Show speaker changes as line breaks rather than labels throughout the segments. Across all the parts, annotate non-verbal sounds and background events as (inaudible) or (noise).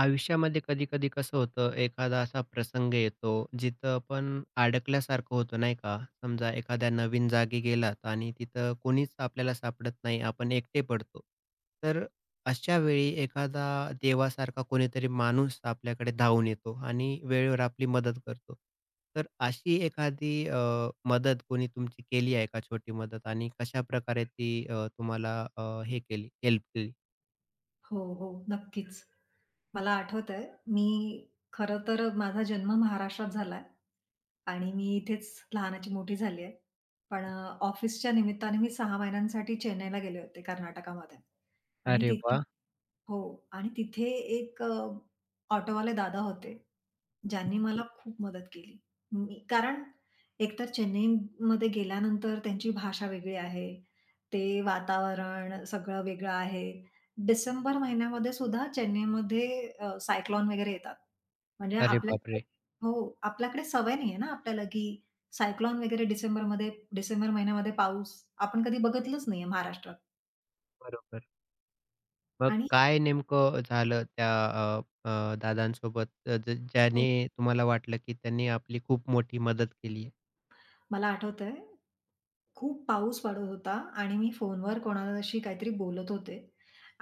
आयुष्यामध्ये कधी-कधी कसं होतं, एखादा असा प्रसंग येतो, जिथं आपण अडकल्यासारखं होतं, नाही का? समजा एखाद्या नवीन जागी गेलात आणि तिथं कोणीच आपल्याला सापडत नाही, आपण एकटे पडतो. तर अशा वेळी एखादा देवासारखा कोणीतरी माणूस आपल्याकडे धावून येतो आणि वेळेवर आपली मदत करतो. तर अशी एखादी मदत कोणी तुमची केली आहे का, छोटी मदत? आणि कशाप्रकारे ती तुम्हाला हे केली, हेल्प केली?
हो, हो. नक्कीच. मला आठवतंय मी खरं तर माझा जन्म महाराष्ट्रात झालाय आणि मी इथेच लहानाची मोठी झाली आहे. पण ऑफिसच्या निमित्ताने मी 6 महिन्यांसाठी चेन्नईला गेले होते कर्नाटकामध्ये आणि
अरे
तिथे
वाह!
हो आणि तिथे एक ऑटोवाले दादा होते, ज्यांनी मला खूप मदत केली. मी कारण एकतर चेन्नईमध्ये गेल्यानंतर त्यांची भाषा वेगळी आहे. ते वातावरण सगळं वेगळं आहे. डिसेंबर महिन्यामध्ये सुद्धा चेन्नईमध्ये सायक्लोन वगैरे येतात. म्हणजे
अरे
आपल्याकडे
बापरे!
हो, आपल्याकडे सवय नाहीये ना आपल्याला, की सायक्लोन वगैरे डिसेंबर महिन्यामध्ये पाऊस आपण कधी बघितलंच नाहीये महाराष्ट्रात.
बरोबर. मग
आणि
काय नेमकं झालं त्या दादांसोबत ज
हो,
ज्याने तुम्हाला वाटलं, की त्यांनी आपली खूप मोठी मदत केली आहे?
मला आठवतंय, खूप पाऊस पडत होता आणि मी फोनवर कोणाशी काहीतरी बोलत होते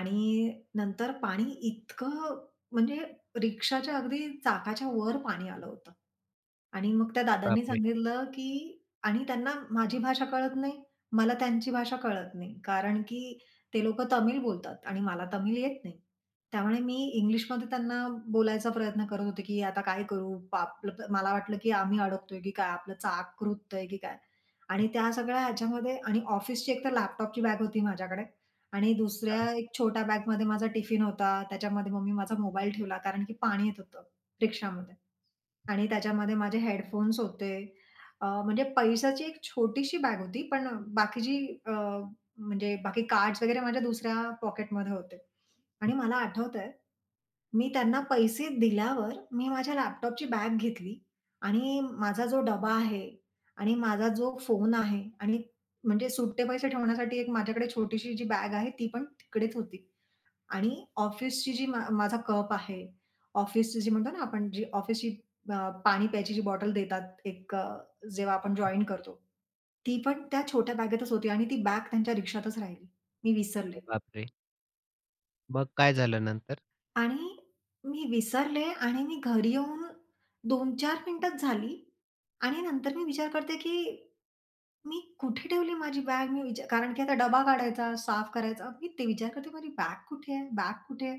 आणि नंतर पाणी इतकं म्हणजे रिक्षाच्या अगदी चाकाच्या वर पाणी आलं होतं. आणि मग त्या दादांनी
बापरे!
सांगितलं, की आणि त्यांना माझी भाषा कळत नाही, मला त्यांची भाषा कळत नाही. कारण की ते लोकं तमिळ बोलतात आणि मला तमिळ येत नाही. त्यामुळे मी इंग्लिशमध्ये त्यांना बोलायचा प्रयत्न करत होते, की आता काय करू? आपलं मला वाटलं, की आम्ही अडकतोय की काय? आपलं चाक रुततंय की काय? आणि त्या सगळ्या ह्याच्यामध्ये आणि ऑफिसची एकतर लॅपटॉपची बॅग होती माझ्याकडे आणि
हां.
दुसऱ्या एक छोट्या बॅगमध्ये माझा टिफिन होता. त्याच्यामध्ये मग माझा मोबाईल ठेवला कारण की पाणी येत होतं रिक्षामध्ये आणि त्याच्यामध्ये माझे हेडफोन्स होते. म्हणजे पैशाची एक छोटीशी बॅग होती, पण बाकीची म्हणजे बाकी कार्ड्स वगैरे माझ्या दुसऱ्या पॉकेटमध्ये होते. आणि मला आठवतंय, मी त्यांना पैसे दिल्यावर मी माझ्या लॅपटॉपची बॅग घेतली आणि माझा जो डबा आहे आणि माझा जो फोन आहे आणि म्हणजे सुट्टे पैसे ठेवण्यासाठी एक माझ्याकडे छोटीशी जी बॅग आहे, ती पण तिकडेच होती. आणि ऑफिसची जी माझा कप आहे, ऑफिसची जी म्हणतो ना आपण जी ऑफिसची पाणी प्यायची जी बॉटल देतात एक जेव्हा आपण जॉइन करतो, ती पण त्या छोट्या बॅगेतच होती आणि ती बॅग त्यांच्या रिक्षातच राहिली. मी विसरले
अरे बापरे! मग काय झालं नंतर?
आणि मी विसरले आणि मी घरी येऊन 2-4 मिनिटात झाली आणि नंतर मी विचार करते, की मी कुठे ठेवली माझी बॅग? मी विचार कारण की आता डबा काढायचा, साफ करायचा. मी ते विचार करते, माझी बॅग कुठे आहे? बॅग कुठे आहे?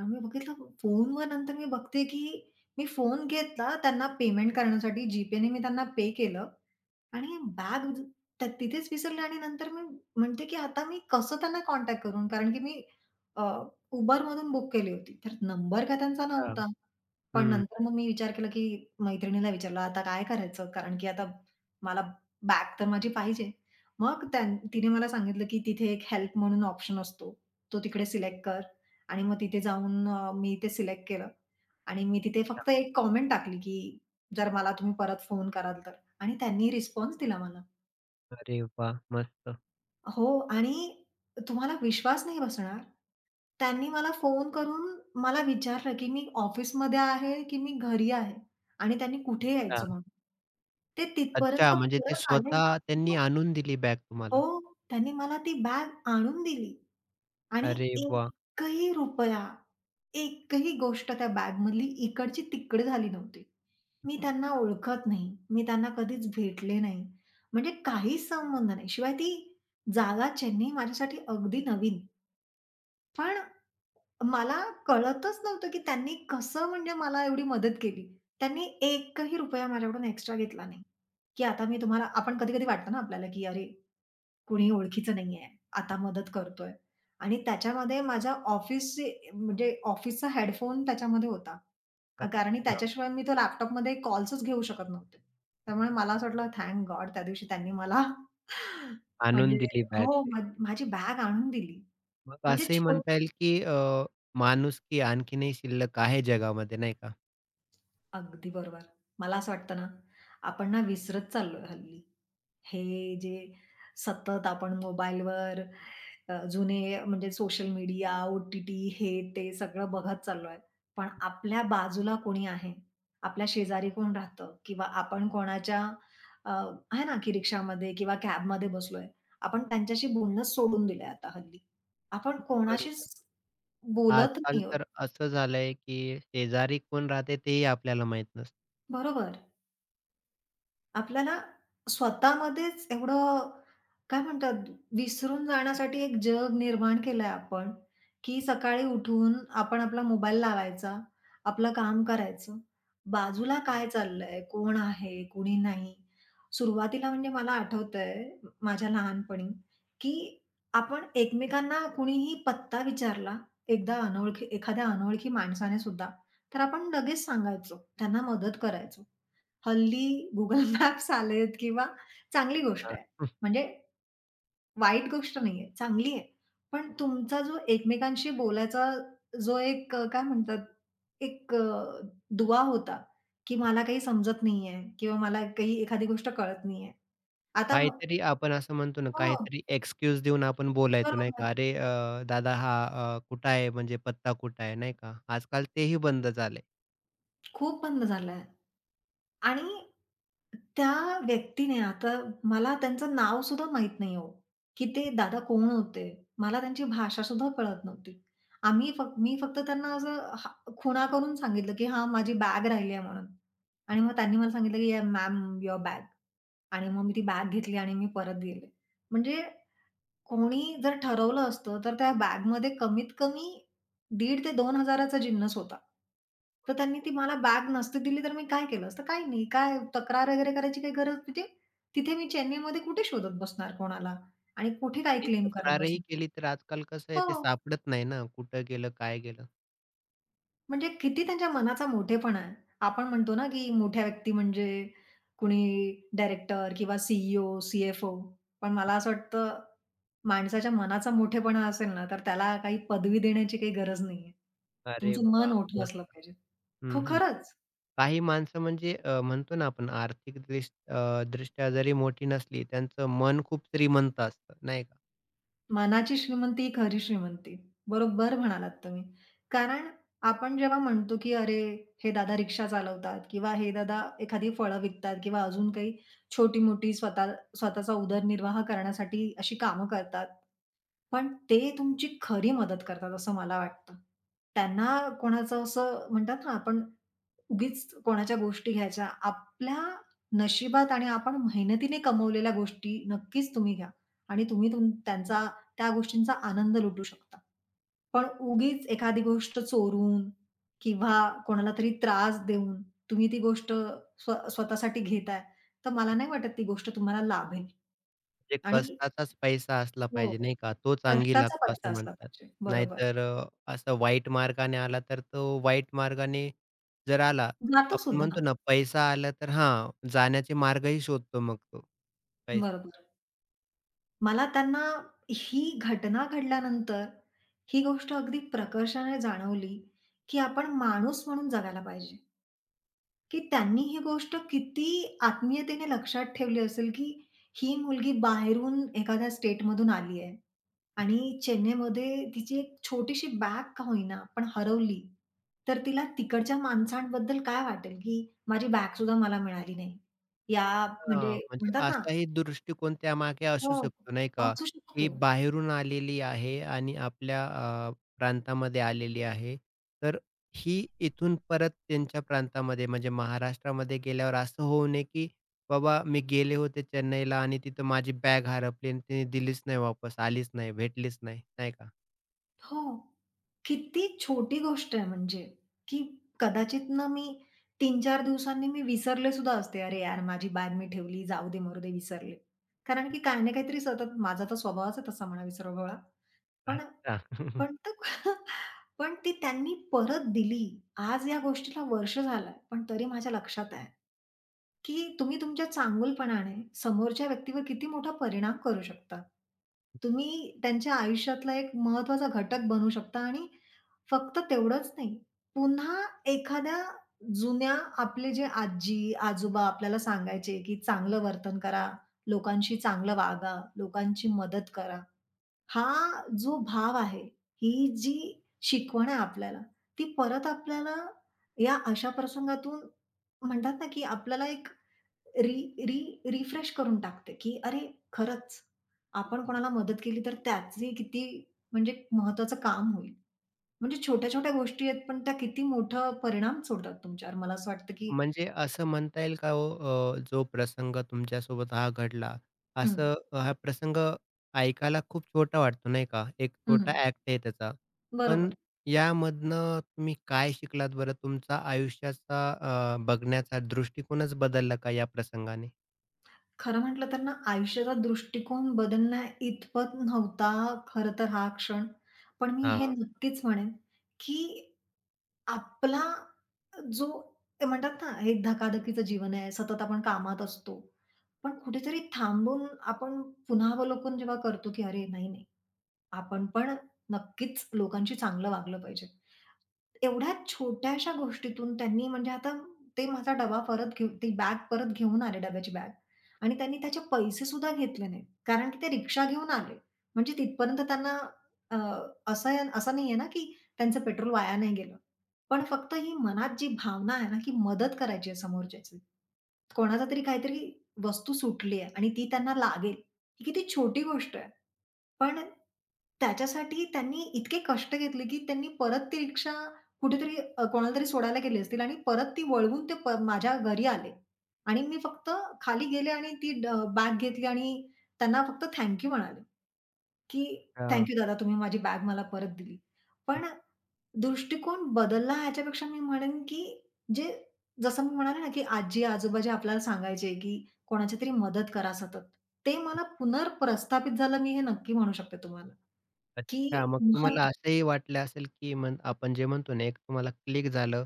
आम्ही बघितलं फोनवर नंतर मी बघते, की मी फोन घेतला त्यांना पेमेंट करण्यासाठी GPayने मी त्यांना पे केलं. आणि बॅग ज तिथेच विसरली आणि नंतर मी म्हणते, की आता मी कसं त्यांना कॉन्टॅक्ट करून कारण की मी अ, Uberमधून बुक केली होती. तर नंबर काय त्यांचा
हां.
नव्हता. पण
हं.
नंतर मग मी विचार केला, की मैत्रिणीला विचारलं, "आता काय करायचं?" कारण की आता मला बॅग तर माझी पाहिजे. मग तिने मला सांगितलं, की तिथे एक हेल्प म्हणून ऑप्शन असतो. तो तिकडे सिलेक्ट कर आणि मग तिथे जाऊन मी ते सिलेक्ट केलं आणि मी तिथे
हां.
फक्त एक कॉमेंट टाकली, की "जर मला तुम्ही परत फोन कराल तर." आणि त्यांनी रिस्पॉन्स दिला मला.
अरे वाह! मस्त.
हो आणि तुम्हाला विश्वास नाही बसणार, त्यांनी मला फोन करून मला विचारलं, की "मी ऑफिसमध्ये आहे, की मी घरी आहे?" आणि त्यांनी कुठे
हां.
यायचं म्हणून. ते
अच्छा,
तिथपर्यंत
म्हणजे ते
परत आले.
स्वतः त्यांनी आणून दिली बॅग
हो,
तुम्हाला?
त्यांनी मला ती बॅग आणून दिली आणि
अरे वाह!
एकही रुपया, एकही गोष्ट त्या बॅगमधली इकडची-तिकडे झाली नव्हती. मी त्यांना ओळखत नाही, मी त्यांना कधीच भेटले नाही. म्हणजे काहीच संबंध नाही. शिवाय ती जागा चेन्नई माझ्यासाठी अगदी नवीन. पण मला कळतच नव्हतं की त्यांनी कसं म्हणजे मला एवढी मदत केली. त्यांनी एकही रुपया माझ्याकडून एक्स्ट्रा घेतला नाही, की आता मी तुम्हाला आपण कधी-कधी वाटतं ना आपल्याला की अरे कुणी ओळखीचं नाहीये, आता मदत करतोय आणि त्याच्यामध्ये माझ्या ऑफिसची म्हणजे ऑफिसचा हेडफोन त्याच्यामध्ये होता. कारण
अच्छा.
त्याच्याशिवाय मी तो लॅपटॉपमध्ये कॉल्सच घेऊ शकत नव्हते. त्यामुळे मला असं वाटलं थँक गॉड त्या दिवशी त्यांनी मला (laughs)
आणून
म्हणजे
दिली बॅग
हो,
ते.
माझी बॅग आणून दिली.
मग
म्हणजे
असंही
छोट
म्हणता येईल, की माणुसकी आणखीनही शिल्लक आहे जगामध्ये, नाही का?
अगदी बरोबर. मला असं वाटतं ना, आपण ना विसरत चाललोय हल्ली. हे जे सतत आपण मोबाईलवर जुने म्हणजे सोशल मीडिया, ओ-टी-टी हे ते सगळं बघत चाललोय. पण आपल्या बाजूला कोणी आहे? आपल्या शेजारी कोण राहतं? किंवा आपण अ, आहे ना, की रिक्षामध्ये किंवा कॅबमध्ये बसलोय. आपण त्यांच्याशी बोलणंच सोडून दिलंय आता हल्ली. आपण
बरोबर.
कोणाशीच बोलत
आजकाल
नाही.
तर असं झालंय, की शेजारी कोण राहते तेही आपल्याला माहीत नसतं.
बरोबर. आपल्याला स्वतःमध्येच एवढं काय म्हणतात विसरून जाण्यासाठी एक जग निर्माण केलंय आपण, की सकाळी उठून आपण आपला मोबाईल लावायचा, आपलं काम करायचं. बाजूला काय चाललंय, कोण आहे, कोणी नाही. सुरुवातीला म्हणजे मला आठवतंय माझ्या लहानपणी, की आपण एकमेकांना कुणीही पत्ता विचारला एकदा अनोळखी एखाद्या अनोळखी माणसाने सुद्धा, तर आपण लगेच सांगायचो, त्यांना मदत करायचो. हल्ली Google (laughs) मॅप्स आलेत किंवा चांगली गोष्ट आहे.
हां.
म्हणजे वाईट गोष्ट नाहीये, चांगली आहे. पण तुमचा जो एकमेकांशी बोलायचा जो एक काय म्हणतात एक अ, दुवा होता, की मला काही समजत नाहीये किंवा मला काही एखादी गोष्ट कळत नाहीये. आता म-
काहीतरी आपण असं म्हणतो ना,
हो,
काहीतरी एक्सक्यूज देऊन आपण बोलायचो नाही
बरोबर.
का? "अरे दादा हा कुठं आहे? म्हणजे पत्ता कुठं आहे?" नाही का? आजकाल तेही बंद झालंय
खूप बंद झालाय. आणि त्या व्यक्तीने आता मला त्यांचं नाव सुद्धा माहीत नाही हो, की ते दादा कोण होते. मला त्यांची भाषा सुद्धा कळत नव्हती. आम्ही फक्त मी फक्त त्यांना असं हा खुणा करून सांगितलं, की "हां, माझी बॅग राहिली आहे" म्हणून. आणि मग त्यांनी मला सांगितलं, की "मॅम युअर बॅग." आणि मग मी ती बॅग घेतली आणि मी परत गेले. म्हणजे कोणी जर ठरवलं असतं, तर त्या बॅगमध्ये कमीत कमी दीड ते 2,000 चा जिन्नस होता. तर त्यांनी ती मला बॅग नसती दिली, तर मी काय केलं असतं? काही नाही. काय तक्रार वगैरे करायची काही गरज म्हणजे तिथे मी चेन्नईमध्ये कुठे शोधत बसणार कोणाला आणि कुठे काय
आणि
क्लेम करत
तक्रारही
बसणार?
केली तर आजकाल कसं आहे ते
हो.
सापडत नाही ना, कुठं गेलं, काय गेलं?
म्हणजे किती त्यांच्या मनाचा मोठेपणा आहे. आपण म्हणतो ना, की मोठ्या व्यक्ती म्हणजे कुणी डायरेक्टर किंवा सी ई पण मला असं वाटतं माणसाच्या मनाचा मोठेपणा असेल ना, तर त्याला काही पदवी देण्याची काही गरज नाहीये.
अरे
तुमचं मन
वाह!
मोठं
मस्त.
असलं पाहिजे.
हं, हं.
खरंच.
काही माणसं म्हणजे म्हणतो ना आपण आर्थिक दृष्ट्या जरी मोठी नसली, त्यांचं मन खूप श्रीमंत असतं, नाही का?
मनाची श्रीमंती ही खरी श्रीमंती. बरोबर म्हणालात तुम्ही. कारण आपण जेव्हा म्हणतो, की "अरे, हे दादा रिक्षा चालवतात किंवा हे दादा एखादी फळं विकतात किंवा अजून काही छोटी-मोठी स्वतःचा उदरनिर्वाह करण्यासाठी अशी कामं करतात." पण ते तुमची खरी मदत करतात असं मला वाटतं. त्यांना कोणाचं असं म्हणतात ना, आपण उगीच कोणाच्या गोष्टी घ्यायच्या. आपल्या नशिबात आणि आपण मेहनतीने कमवलेल्या गोष्टी नक्कीच तुम्ही घ्या आणि तुम्ही त्यांचा त्या गोष्टींचा आनंद लुटू शकता. पण उगीच एखादी गोष्ट चोरून किंवा कोणाला तरी त्रास देऊन तुम्ही ती गोष्ट स्वतःसाठी घेताय, तर मला नाही वाटत ती गोष्ट तुम्हाला लाभेल.
म्हणजे
आणि
कष्टाचाच पैसा असला
हो,
पाहिजे नाही का? तोच अंगी
कष्टाचा
लागतो
पैसा
असं
असला
म्हणतात.
पाहिजे. बरोबर.
नाहीतर असं वाईट मार्गाने आला तर तो वाईट मार्गाने जर आला,
जातो
आपण म्हणतो
सुद्धा.
ना पैसा आला तर हां, जाण्याचे मार्गही शोधतो मग तो पैसा.
बरोबर. मला त्यांना ही घटना घडल्यानंतर ही गोष्ट अगदी प्रकर्षाने जाणवली, की आपण माणूस म्हणून जगायला पाहिजे. की त्यांनी ही गोष्ट किती आत्मीयतेने लक्षात ठेवली असेल, की ही मुलगी बाहेरून एखाद्या स्टेटमधून आली आहे आणि चेन्नईमध्ये तिची एक छोटीशी बॅग का होईना, पण हरवली. तर तिला तिकडच्या माणसांबद्दल काय वाटेल, की माझी बॅग सुद्धा मला मिळाली नाही. या
हां,
म्हणजे
म्हणजे
म्हणतात ना
असाही दृष्टिकोन त्यामागे
हो,
असू शकतो नाही का?
असू
ही
शकतो.
बाहेरून आलेली आहे आणि आपल्या प्रांतामध्ये आलेली आहे. तर ही इथून परत त्यांच्या प्रांतामध्ये म्हणजे महाराष्ट्रामध्ये गेल्यावर असं होऊ नये, की बाबा मी गेले होते चेन्नईला आणि तिथं माझी बॅग हरपली आणि तिने दिलीच नाही वापस, आलीच नाही, भेटलीच नाही, नाही का?
हो. किती छोटी गोष्ट आहे म्हणजे, की कदाचित ना मी तीन-चार दिवसांनी मी विसरले सुद्धा असते, "अरे यार, माझी बॅग मी ठेवली. जाऊ दे, मरू दे, विसरले." कारण की काही ना काहीतरी सतत माझा तर स्वभावच आहे तसा म्हणा विसरगोळा. पण
अच्छा.
पण तो (laughs) पण ती त्यांनी परत दिली. आज या गोष्टीला वर्ष झालं पण तरी माझ्या लक्षात आहे. की तुम्ही तुमच्या चांगुलपणाने समोरच्या व्यक्तीवर किती मोठा परिणाम करू शकता. तुम्ही त्यांच्या आयुष्यातला एक महत्त्वाचा घटक बनू शकता आणि फक्त तेवढंच नाही, पुन्हा एखाद्या जुन्या आपले जे आजी-आजोबा आपल्याला सांगायचे, की चांगलं वर्तन करा, लोकांशी चांगलं वागा, लोकांची मदत करा. हा जो भाव आहे, ही जी शिकवण आहे आपल्याला, ती परत आपल्याला या अशा प्रसंगातून म्हणतात ना, की आपल्याला एक री री रिफ्रेश करून टाकते, की अरे खरंच आपण कोणाला मदत केली तर त्याचे किती म्हणजे महत्त्वाचं काम होईल. म्हणजे छोट्या-छोट्या गोष्टी आहेत, पण त्या किती मोठा परिणाम सोडतात तुमच्यावर. मला असं वाटतं, की
म्हणजे असं म्हणता येईल का हो जो प्रसंग तुमच्यासोबत हा घडला,
हं,
असं हा प्रसंग ऐकायला खूप छोटा वाटतो नाही का? एक छोटा
हं.
ॲक्ट आहे त्याचा. पण
बरोबर.
यामधनं तुम्ही काय शिकलात बरं? तुमचा आयुष्याचा बघण्याचा दृष्टिकोनच बदलला का या प्रसंगाने?
खरं म्हटलं तर ना, आयुष्याचा दृष्टिकोन बदलण्याइतपत नव्हता खरं तर हा क्षण. पण मी हे
हां.
नक्कीच म्हणेन, की आपला जो ते म्हणतात ना, हे धकाधकीचं जीवन आहे, सतत आपण कामात असतो. पण कुठेतरी थांबून आपण पुनरावलोकन जेव्हा करतो, की "अरे नाही, नाही, आपण पण नक्कीच लोकांशी चांगलं वागलं पाहिजे. एवढ्या छोट्याशा गोष्टीतून त्यांनी म्हणजे आता ते माझा डबा परत घेऊन ती बॅग परत घेऊन आले डब्याची बॅग आणि त्यांनी त्याचे पैसे सुद्धा घेतले नाहीत. कारण की ते रिक्षा घेऊन आले. म्हणजे तिथपर्यंत त्यांना अ, असं असं नाहीये ना, की त्यांचं पेट्रोल वाया नाही गेलं. पण फक्त ही मनात जी भावना आहे ना, की मदत करायची आहे समोरच्याची. कोणाचा तरी काहीतरी वस्तू सुटली आहे आणि ती त्यांना लागेल. ही किती छोटी गोष्ट आहे. पण त्याच्यासाठी त्यांनी इतके कष्ट घेतले, की त्यांनी परत ती रिक्षा कुठेतरी कोणाला तरी सोडायला गेली असतील आणि परत ती वळवून ते माझ्या घरी आले आणि मी फक्त खाली गेले आणि ती बॅग घेतली आणि त्यांना फक्त थँक यू म्हणाले, की
हां.
"थँक दादा तुम्ही माझी बॅग मला परत दिली." पण दृष्टिकोन बदलला ह्याच्यापेक्षा मी म्हणेन, की जे जसं मी म्हणाले ना, की आजी-आजोबा जे आपल्याला सांगायचे, की कोणाची तरी मदत करा सतत. ते मला पुनर्प्रस्थापित झालं मी हे नक्की म्हणू शकते तुम्हाला, की
अच्छा, मग तुम्हाला
महत्त्व
असंही वाटलं असेल, की म्हण आपण जे म्हणतो ना, एक तुम्हाला क्लिक झालं.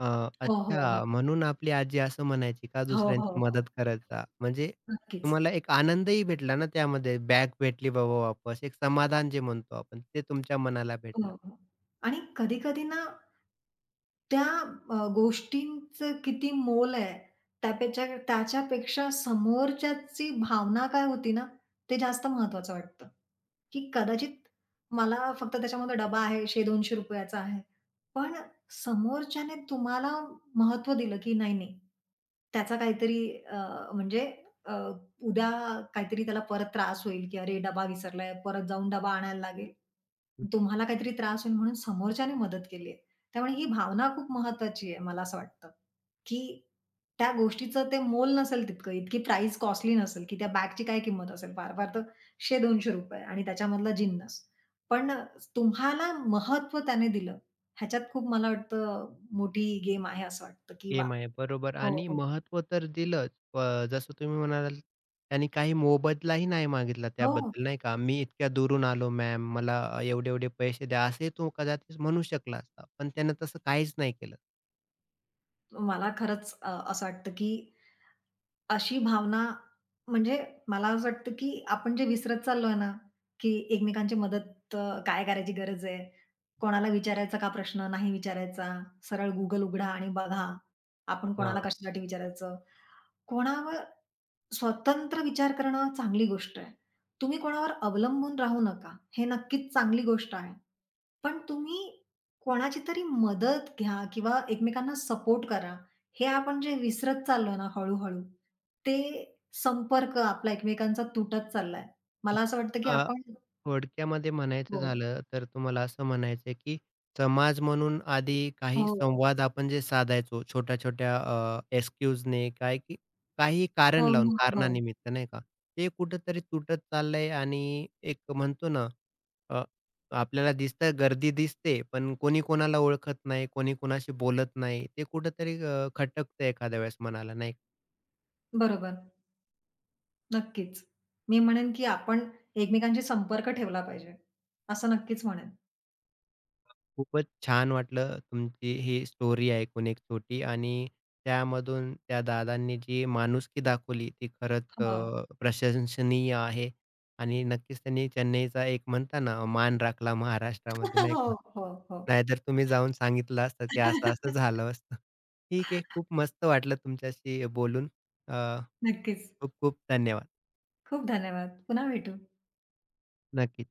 अ,
हो, हो, हो.
अच्छा म्हणून आपली आजी असं म्हणायची का
हो, हो,
दुसऱ्यांची
हो.
मदत करायचा. म्हणजे
नक्कीच.
तुम्हाला एक आनंदही भेटला ना त्यामध्ये. बॅग भेटली बाबा वापस. एक समाधान जे म्हणतो आपण, ते तुमच्या मनाला
हो,
भेटलं.
हो. आणि कधी-कधी ना त्या गोष्टींचं किती मोल आहे, त्याच्यापेक्षा समोरच्याची भावना काय होती ना, ते जास्त महत्त्वाचं वाटतं, की कदाचित मला फक्त त्याच्यामध्ये डबा आहे ₹100-200 चा आहे. पण समोरच्याने तुम्हाला महत्व दिलं, की नाही, नाही, त्याचा काहीतरी अ, म्हणजे अ, उद्या काहीतरी त्याला परत त्रास होईल, की "अरे, डबा विसरलाय, परत जाऊन डबा आणायला लागेल." तुम्हाला काहीतरी त्रास होईल म्हणून समोरच्याने मदत केली त्यामुळे ही भावना खूप महत्त्वाची आहे मला असं वाटतं, की त्या गोष्टीचं ते मोल नसेल तितकं, इतकी प्राइस कॉस्टली नसेल, की त्या बॅगची काय किंमत असेल फार-फार तर ₹100-200 आणि त्याच्यामधला जिन्नस. पण तुम्हाला महत्त्व त्याने दिलं, ह्याच्यात खूप मला वाटतं मोठी गेम आहे असं वाटतं, की वाह!
गेम आहे. बरोबर
हो,
आणि
हो.
महत्त्व तर दिलंच. जसं तुम्ही म्हणालात त्यांनी काही मोबदलाही नाही मागितला
हो,
त्याबद्दल नाही का? "मी इतक्या दुरून आलो मॅम, मला एवढे-एवढे पैसे द्या." असे तो कदाचित म्हणू शकला असता. पण त्यानं तसं काहीच नाही केलं.
मला खरंच असं वाटतं, की अशी भावना म्हणजे मला असं वाटतं, की आपण जे विसरत चाललोय ना, की एकमेकांची मदत काय करायची गरज आहे? कोणाला विचारायचा का प्रश्न? नाही विचारायचा. सरळ Google उघडा आणि बघा. आपण कोणाला
हां.
कशासाठी विचारायचं? कोणावर स्वतंत्र विचार करणं चांगली गोष्ट आहे. तुम्ही कोणावर अवलंबून राहू नका. हे नक्कीच चांगली गोष्ट आहे. पण तुम्ही कोणाची तरी मदत घ्या किंवा एकमेकांना सपोर्ट करा. हे आपण जे विसरत चाललोय ना हळू-हळू, ते संपर्क आपला एकमेकांचा तुटत चाललाय. मला असं वाटतं की
अ,
आपण
थोडक्यामध्ये म्हणायचं
हो,
झालं तर तुम्हाला असं म्हणायचं आहे, की समाज म्हणून आधी काही
हो,
संवाद आपण जे साधायचो छोट्या-छोट्या एक्सक्यूजने काय की काही कारण
हो,
लावून
हो, हो.
कारणानिमित्त नाही का? ते कुठेतरी तुटत चाललंय आणि एक म्हणतो ना अ, आपल्याला दिसतं गर्दी दिसते, पण कोणी कोणाला ओळखत नाही, कोणी कोणाशी बोलत नाही. ते कुठेतरी खटकतं एखाद्या वेळेस मनाला नाही का?
बरोबर. नक्कीच. मी म्हणेन की आपण एकमेकांशी संपर्क ठेवला पाहिजे. असं नक्कीच म्हणेन.
खूपच छान वाटलं तुमची ही स्टोरी ऐकून एक छोटी आणि त्यामधून त्या दादांनी जी माणुसकी दाखवली ती खरंच
हो.
प्रशंसनीय आहे आणि नक्कीच त्यांनी चेन्नईचा एक म्हणता ना मान राखला महाराष्ट्रामध्ये
(laughs)
नाही
हो,
का?
हो, हो.
नाहीतर तुम्ही जाऊन सांगितलं असतं की असं-असं
(laughs)
झालं असतं. ठीक आहे. खूप मस्त वाटलं तुमच्याशी बोलून. अ,
नक्कीच.
खूप खूप धन्यवाद.
खूप धन्यवाद. पुन्हा भेटू.
नक्की.